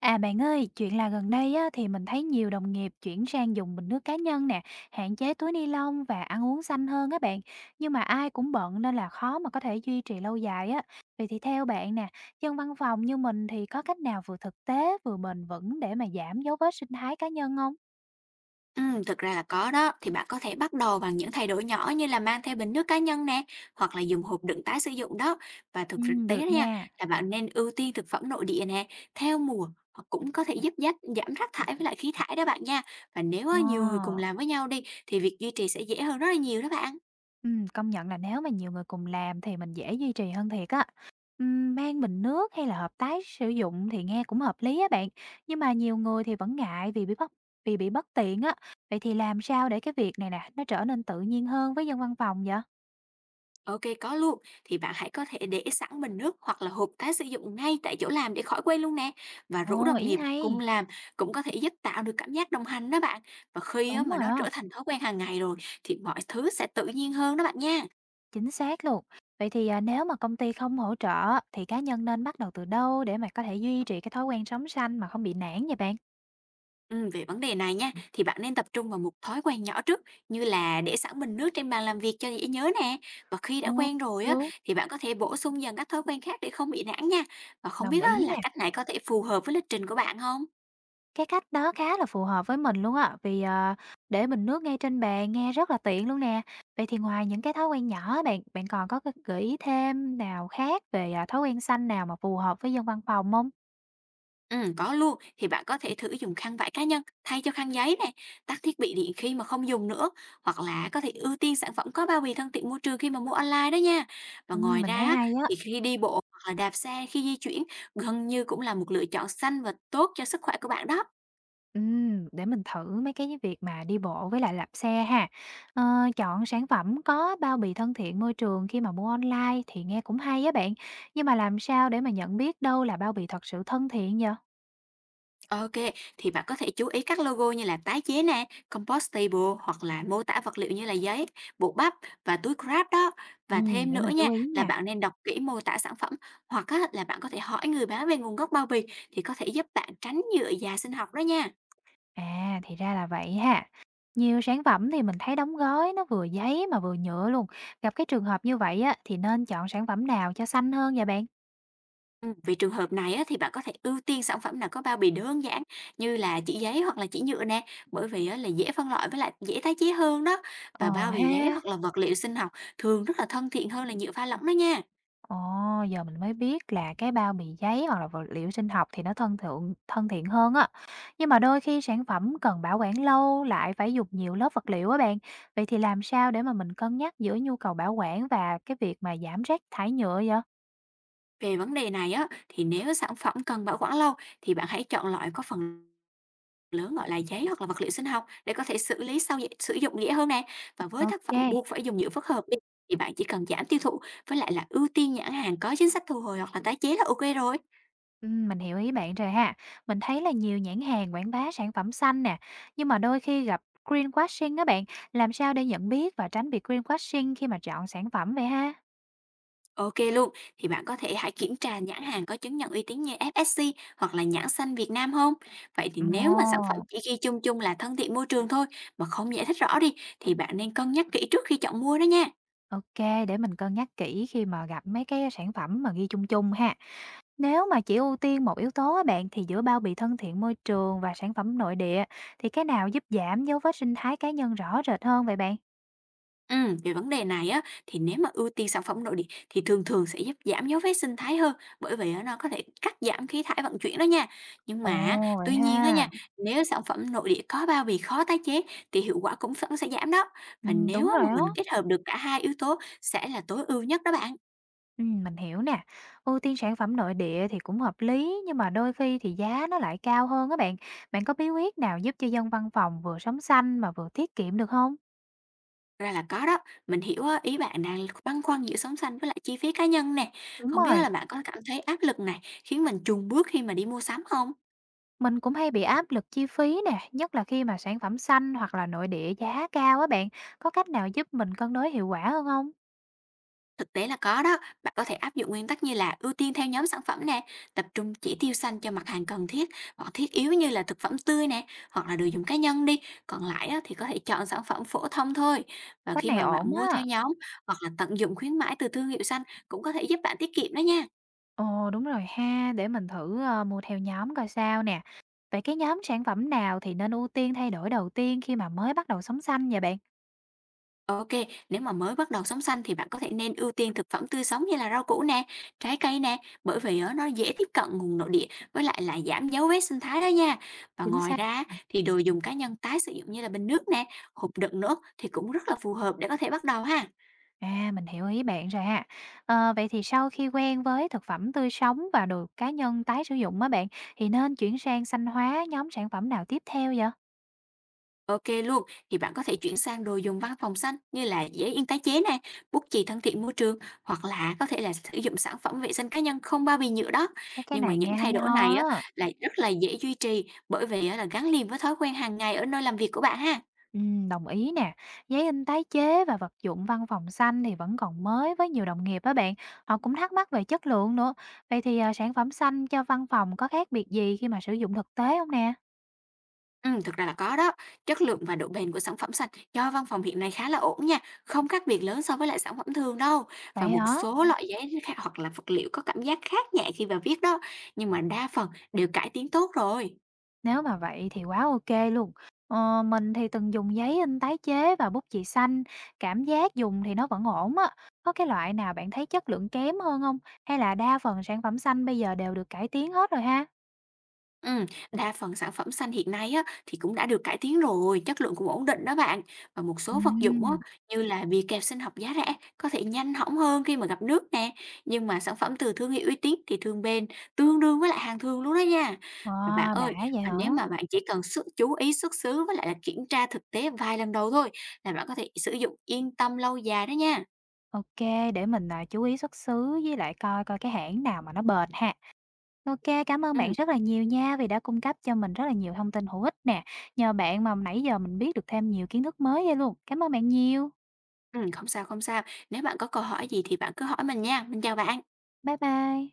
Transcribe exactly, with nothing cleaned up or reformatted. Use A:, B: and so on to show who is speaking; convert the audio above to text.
A: À bạn ơi, chuyện là gần đây á, thì mình thấy nhiều đồng nghiệp chuyển sang dùng bình nước cá nhân nè, hạn chế túi ni lông và ăn uống xanh hơn á bạn. Nhưng mà ai cũng bận nên là khó mà có thể duy trì lâu dài á. Vậy thì theo bạn nè, dân văn phòng như mình thì có cách nào vừa thực tế vừa bền vững để mà giảm dấu vết sinh thái cá nhân không?
B: Ừm, thực ra là có đó, thì bạn có thể bắt đầu bằng những thay đổi nhỏ như là mang theo bình nước cá nhân nè, hoặc là dùng hộp đựng tái sử dụng đó. Và
A: Ừ,
B: thực tế
A: được
B: đó nha,
A: nha.
B: là bạn nên ưu tiên thực phẩm nội địa nè, theo mùa, hoặc cũng có thể giúp dắt giảm rác thải với lại khí thải đó bạn nha. Và nếu á, nhiều người cùng
A: Ờ.
B: làm với nhau đi, thì việc duy trì sẽ dễ hơn rất là nhiều đó bạn.
A: Ừm, công nhận là nếu mà nhiều người cùng làm thì mình dễ duy trì hơn thiệt á. Ừm, mang bình nước hay là hợp tác sử dụng thì nghe cũng hợp lý á bạn, nhưng mà nhiều người thì vẫn ngại vì bị bất vì bị bất tiện á. Vậy thì làm sao để cái việc này nè, nó trở nên tự nhiên hơn với dân văn phòng vậy?
B: OK, có luôn. Thì bạn hãy có thể để sẵn bình nước hoặc là hộp tái sử dụng ngay tại chỗ làm để khỏi quên luôn nè. Và rủ
A: Ồ,
B: đồng
A: ý
B: nghiệp cùng
A: hay.
B: làm cũng có thể giúp tạo được cảm giác đồng hành đó bạn. Và khi á,
A: Đúng
B: mà
A: rồi
B: nó trở
A: á,
B: thành thói quen hàng ngày rồi thì mọi thứ sẽ tự nhiên hơn đó bạn nha.
A: chính xác luôn. Vậy thì à, nếu mà công ty không hỗ trợ thì cá nhân nên bắt đầu từ đâu để mà có thể duy trì cái thói quen sống xanh mà không bị nản vậy bạn?
B: Ừ, về vấn đề này nha, thì bạn nên tập trung vào một thói quen nhỏ trước như là để sẵn bình nước trên bàn làm việc cho dễ nhớ nè. Và khi
A: Ồ,
B: đã quen rồi á,
A: đúng,
B: thì bạn có thể bổ sung dần các thói quen khác để không bị nản nha. Và không
A: đồng
B: biết á,
A: ý nè.
B: là cách này có thể phù hợp với lịch trình của bạn không?
A: Cái cách đó khá là phù hợp với mình luôn á, vì, ờ, để bình nước ngay trên bàn nghe rất là tiện luôn nè. Vậy thì ngoài những cái thói quen nhỏ á bạn, bạn còn có cái gợi ý thêm nào khác về, à, thói quen xanh nào mà phù hợp với dân văn phòng không?
B: Ừm, có luôn, thì bạn có thể thử dùng khăn vải cá nhân thay cho khăn giấy này, tắt thiết bị điện khi mà không dùng nữa, hoặc là có thể ưu tiên sản phẩm có bao bì thân thiện môi trường khi mà mua online đó nha. Và
A: Ừm,
B: ngoài
A: mình
B: ra
A: thấy
B: á,
A: hay á.
B: thì khi đi bộ hoặc là đạp xe khi di chuyển gần như cũng là một lựa chọn xanh và tốt cho sức khỏe của bạn đó.
A: Ừm, để mình thử mấy cái việc mà đi bộ với lại đạp xe ha. Ờ, chọn sản phẩm có bao bì thân thiện môi trường khi mà mua online thì nghe cũng hay á bạn, nhưng mà làm sao để mà nhận biết đâu là bao bì thật sự thân thiện vậy?
B: Ok, thì bạn có thể chú ý các logo như là tái chế nè, compostable hoặc là mô tả vật liệu như là giấy, bột bắp và túi Grab đó. Và
A: Ừm,
B: thêm
A: để
B: nữa
A: mình chú
B: nha,
A: ý
B: là
A: nha.
B: bạn nên đọc kỹ mô tả sản phẩm hoặc á, là bạn có thể hỏi người bán về nguồn gốc bao bì thì có thể giúp bạn tránh nhựa già sinh học đó nha.
A: À, thì ra là vậy ha. Nhiều sản phẩm thì mình thấy đóng gói nó vừa giấy mà vừa nhựa luôn. Gặp cái trường hợp như vậy á thì nên chọn sản phẩm nào cho xanh hơn vậy bạn?
B: Ừ, vì trường hợp này á, thì bạn có thể ưu tiên sản phẩm nào có bao bì đơn giản như là chỉ giấy hoặc là chỉ nhựa nè, bởi vì á, là dễ phân loại với lại dễ tái chế hơn đó.
A: Ờ
B: Và bao bì
A: ha.
B: giấy hoặc là vật liệu sinh học thường rất là thân thiện hơn là nhựa pha lỏng đó nha.
A: Ồ, giờ mình mới biết là cái bao bì giấy hoặc là vật liệu sinh học thì nó thân thượng thân thiện hơn á. Nhưng mà đôi khi sản phẩm cần bảo quản lâu lại phải dùng nhiều lớp vật liệu á bạn. Vậy thì làm sao để mà mình cân nhắc giữa nhu cầu bảo quản và cái việc mà giảm rác thải nhựa vậy?
B: Về vấn đề này á, thì nếu sản phẩm cần bảo quản lâu thì bạn hãy chọn loại có phần lớn gọi là giấy hoặc là vật liệu sinh học để có thể xử lý sau dễ- sử dụng dễ hơn nè. Và với tác phẩm buộc
A: OK.
B: phải dùng nhựa phức hợp đi, thì bạn chỉ cần giảm tiêu thụ với lại là ưu tiên nhãn hàng có chính sách thu hồi hoặc là tái chế là ok rồi.
A: Ừm, mình hiểu ý bạn rồi ha. Mình thấy là nhiều nhãn hàng quảng bá sản phẩm xanh nè, nhưng mà đôi khi gặp greenwashing á bạn, làm sao để nhận biết và tránh bị greenwashing khi mà chọn sản phẩm vậy ha?
B: Ok luôn, thì bạn có thể hãy kiểm tra nhãn hàng có chứng nhận uy tín như ép ét xê hoặc là nhãn xanh Việt Nam không? Vậy thì nếu mà sản
A: Ồ,
B: phẩm chỉ ghi chung chung là thân thiện môi trường thôi mà không giải thích rõ đi thì bạn nên cân nhắc kỹ trước khi chọn mua đó nha.
A: OK, để mình cân nhắc kỹ khi mà gặp mấy cái sản phẩm mà ghi chung chung ha. Nếu mà chỉ ưu tiên một yếu tố á bạn thì giữa bao bì thân thiện môi trường và sản phẩm nội địa thì cái nào giúp giảm dấu vết sinh thái cá nhân rõ rệt hơn vậy bạn?
B: Ừm, về vấn đề này á, thì nếu mà ưu tiên sản phẩm nội địa thì thường thường sẽ giúp giảm dấu vết sinh thái hơn, bởi vì á, nó có thể cắt giảm khí thải vận chuyển đó nha. Nhưng
A: Ồ,
B: mà á,
A: vậy
B: tuy nhiên á nha,
A: ha.
B: nếu sản phẩm nội địa có bao bì khó tái chế thì hiệu quả cũng vẫn sẽ giảm đó.
A: Ừ,
B: Và nếu
A: đúng
B: á,
A: rồi
B: mà
A: á.
B: mình kết hợp được cả hai yếu tố sẽ là tối ưu nhất đó bạn.
A: Ừm, mình hiểu nè. Ưu tiên sản phẩm nội địa thì cũng hợp lý, nhưng mà đôi khi thì giá nó lại cao hơn á bạn. Bạn có bí quyết nào giúp cho dân văn phòng vừa sống xanh mà vừa tiết kiệm được không?
B: Ra là có đó, mình hiểu á, ý bạn đang băn khoăn giữa sống xanh với lại chi phí cá nhân nè.
A: Đúng
B: Không biết
A: rồi,
B: là bạn có cảm thấy áp lực này khiến mình chùn bước khi mà đi mua sắm không?
A: mình cũng hay bị áp lực chi phí nè, nhất là khi mà sản phẩm xanh hoặc là nội địa giá cao á bạn. Có cách nào giúp mình cân đối hiệu quả hơn không?
B: Thực tế là có đó, bạn có thể áp dụng nguyên tắc như là ưu tiên theo nhóm sản phẩm nè, tập trung chỉ tiêu xanh cho mặt hàng cần thiết, hoặc thiết yếu như là thực phẩm tươi nè, hoặc là đồ dùng cá nhân đi, còn lại á, thì có thể chọn sản phẩm phổ thông thôi. Và
A: Cách
B: khi
A: này
B: mà
A: ổn
B: bạn mua theo
A: á.
B: nhóm hoặc là tận dụng khuyến mãi từ thương hiệu xanh cũng có thể giúp bạn tiết kiệm đó nha.
A: Ồ, đúng rồi ha, để mình thử, ờ, mua theo nhóm coi sao nè. Vậy cái nhóm sản phẩm nào thì nên ưu tiên thay đổi đầu tiên khi mà mới bắt đầu sống xanh vậy bạn?
B: OK, nếu mà mới bắt đầu sống xanh thì bạn có thể nên ưu tiên thực phẩm tươi sống như là rau củ nè, trái cây nè, bởi vì á, nó dễ tiếp cận nguồn nội địa với lại là giảm dấu vết sinh thái đó nha. Và
A: Chính
B: ngoài
A: xác.
B: ra thì đồ dùng cá nhân tái sử dụng như là bình nước nè, hộp đựng nữa thì cũng rất là phù hợp để có thể bắt đầu ha.
A: À, mình hiểu ý bạn rồi ha. Ờ, vậy thì sau khi quen với thực phẩm tươi sống và đồ cá nhân tái sử dụng á bạn, thì nên chuyển sang xanh hóa nhóm sản phẩm nào tiếp theo vậy?
B: OK luôn, thì bạn có thể chuyển sang đồ dùng văn phòng xanh như là giấy in tái chế này, bút chì thân thiện môi trường hoặc là có thể là sử dụng sản phẩm vệ sinh cá nhân không bao bì nhựa đó.
A: Mấy cái
B: Nhưng mà
A: này nghe
B: những
A: hay
B: thay đổi
A: ho
B: này á
A: á.
B: là rất là dễ duy trì bởi vì á là gắn liền với thói quen hàng ngày ở nơi làm việc của bạn ha.
A: Ừ, đồng ý nè. Giấy in tái chế và vật dụng văn phòng xanh thì vẫn còn mới với nhiều đồng nghiệp á bạn. Họ cũng thắc mắc về chất lượng nữa. Vậy thì à, sản phẩm xanh cho văn phòng có khác biệt gì khi mà sử dụng thực tế không nè?
B: Ừ, thực ra là có đó, chất lượng và độ bền của sản phẩm xanh do văn phòng hiện nay khá là ổn nha, không khác biệt lớn so với lại sản phẩm thường đâu.
A: Vậy
B: Và một
A: hả?
B: số loại giấy khác hoặc là vật liệu có cảm giác khác nhẹ khi mà viết đó, nhưng mà đa phần đều cải tiến tốt rồi.
A: Nếu mà vậy thì quá OK luôn. Ờ, mình thì từng dùng giấy in tái chế và bút chì xanh, cảm giác dùng thì nó vẫn ổn á. Có cái loại nào bạn thấy chất lượng kém hơn không? Hay là đa phần sản phẩm xanh bây giờ đều được cải tiến hết rồi ha?
B: Ừ, đa phần sản phẩm xanh hiện nay á, thì cũng đã được cải tiến rồi, chất lượng cũng ổn định đó bạn. Và một số vật dụng á,
A: Ừm.
B: như là bìa kẹp sinh học giá rẻ có thể nhanh hỏng hơn khi mà gặp nước nè. Nhưng mà sản phẩm từ thương hiệu uy tín thì thường bền, tương đương với lại hàng thường luôn đó nha. Và bạn
A: Wow, đã
B: ơi,
A: vậy
B: và
A: hả?
B: nếu mà bạn chỉ cần sức chú ý xuất xứ với lại là kiểm tra thực tế vài lần đầu thôi là bạn có thể sử dụng yên tâm lâu dài đó nha.
A: OK, để mình, à, chú ý xuất xứ với lại coi coi cái hãng nào mà nó bền ha. OK, cảm ơn bạn
B: Ừ,
A: rất là nhiều nha vì đã cung cấp cho mình rất là nhiều thông tin hữu ích nè. Nhờ bạn mà nãy giờ mình biết được thêm nhiều kiến thức mới ghê luôn. Cảm ơn bạn nhiều.
B: ừm, không sao, không sao. Nếu bạn có câu hỏi gì thì bạn cứ hỏi mình nha. Mình chào bạn.
A: Bye bye.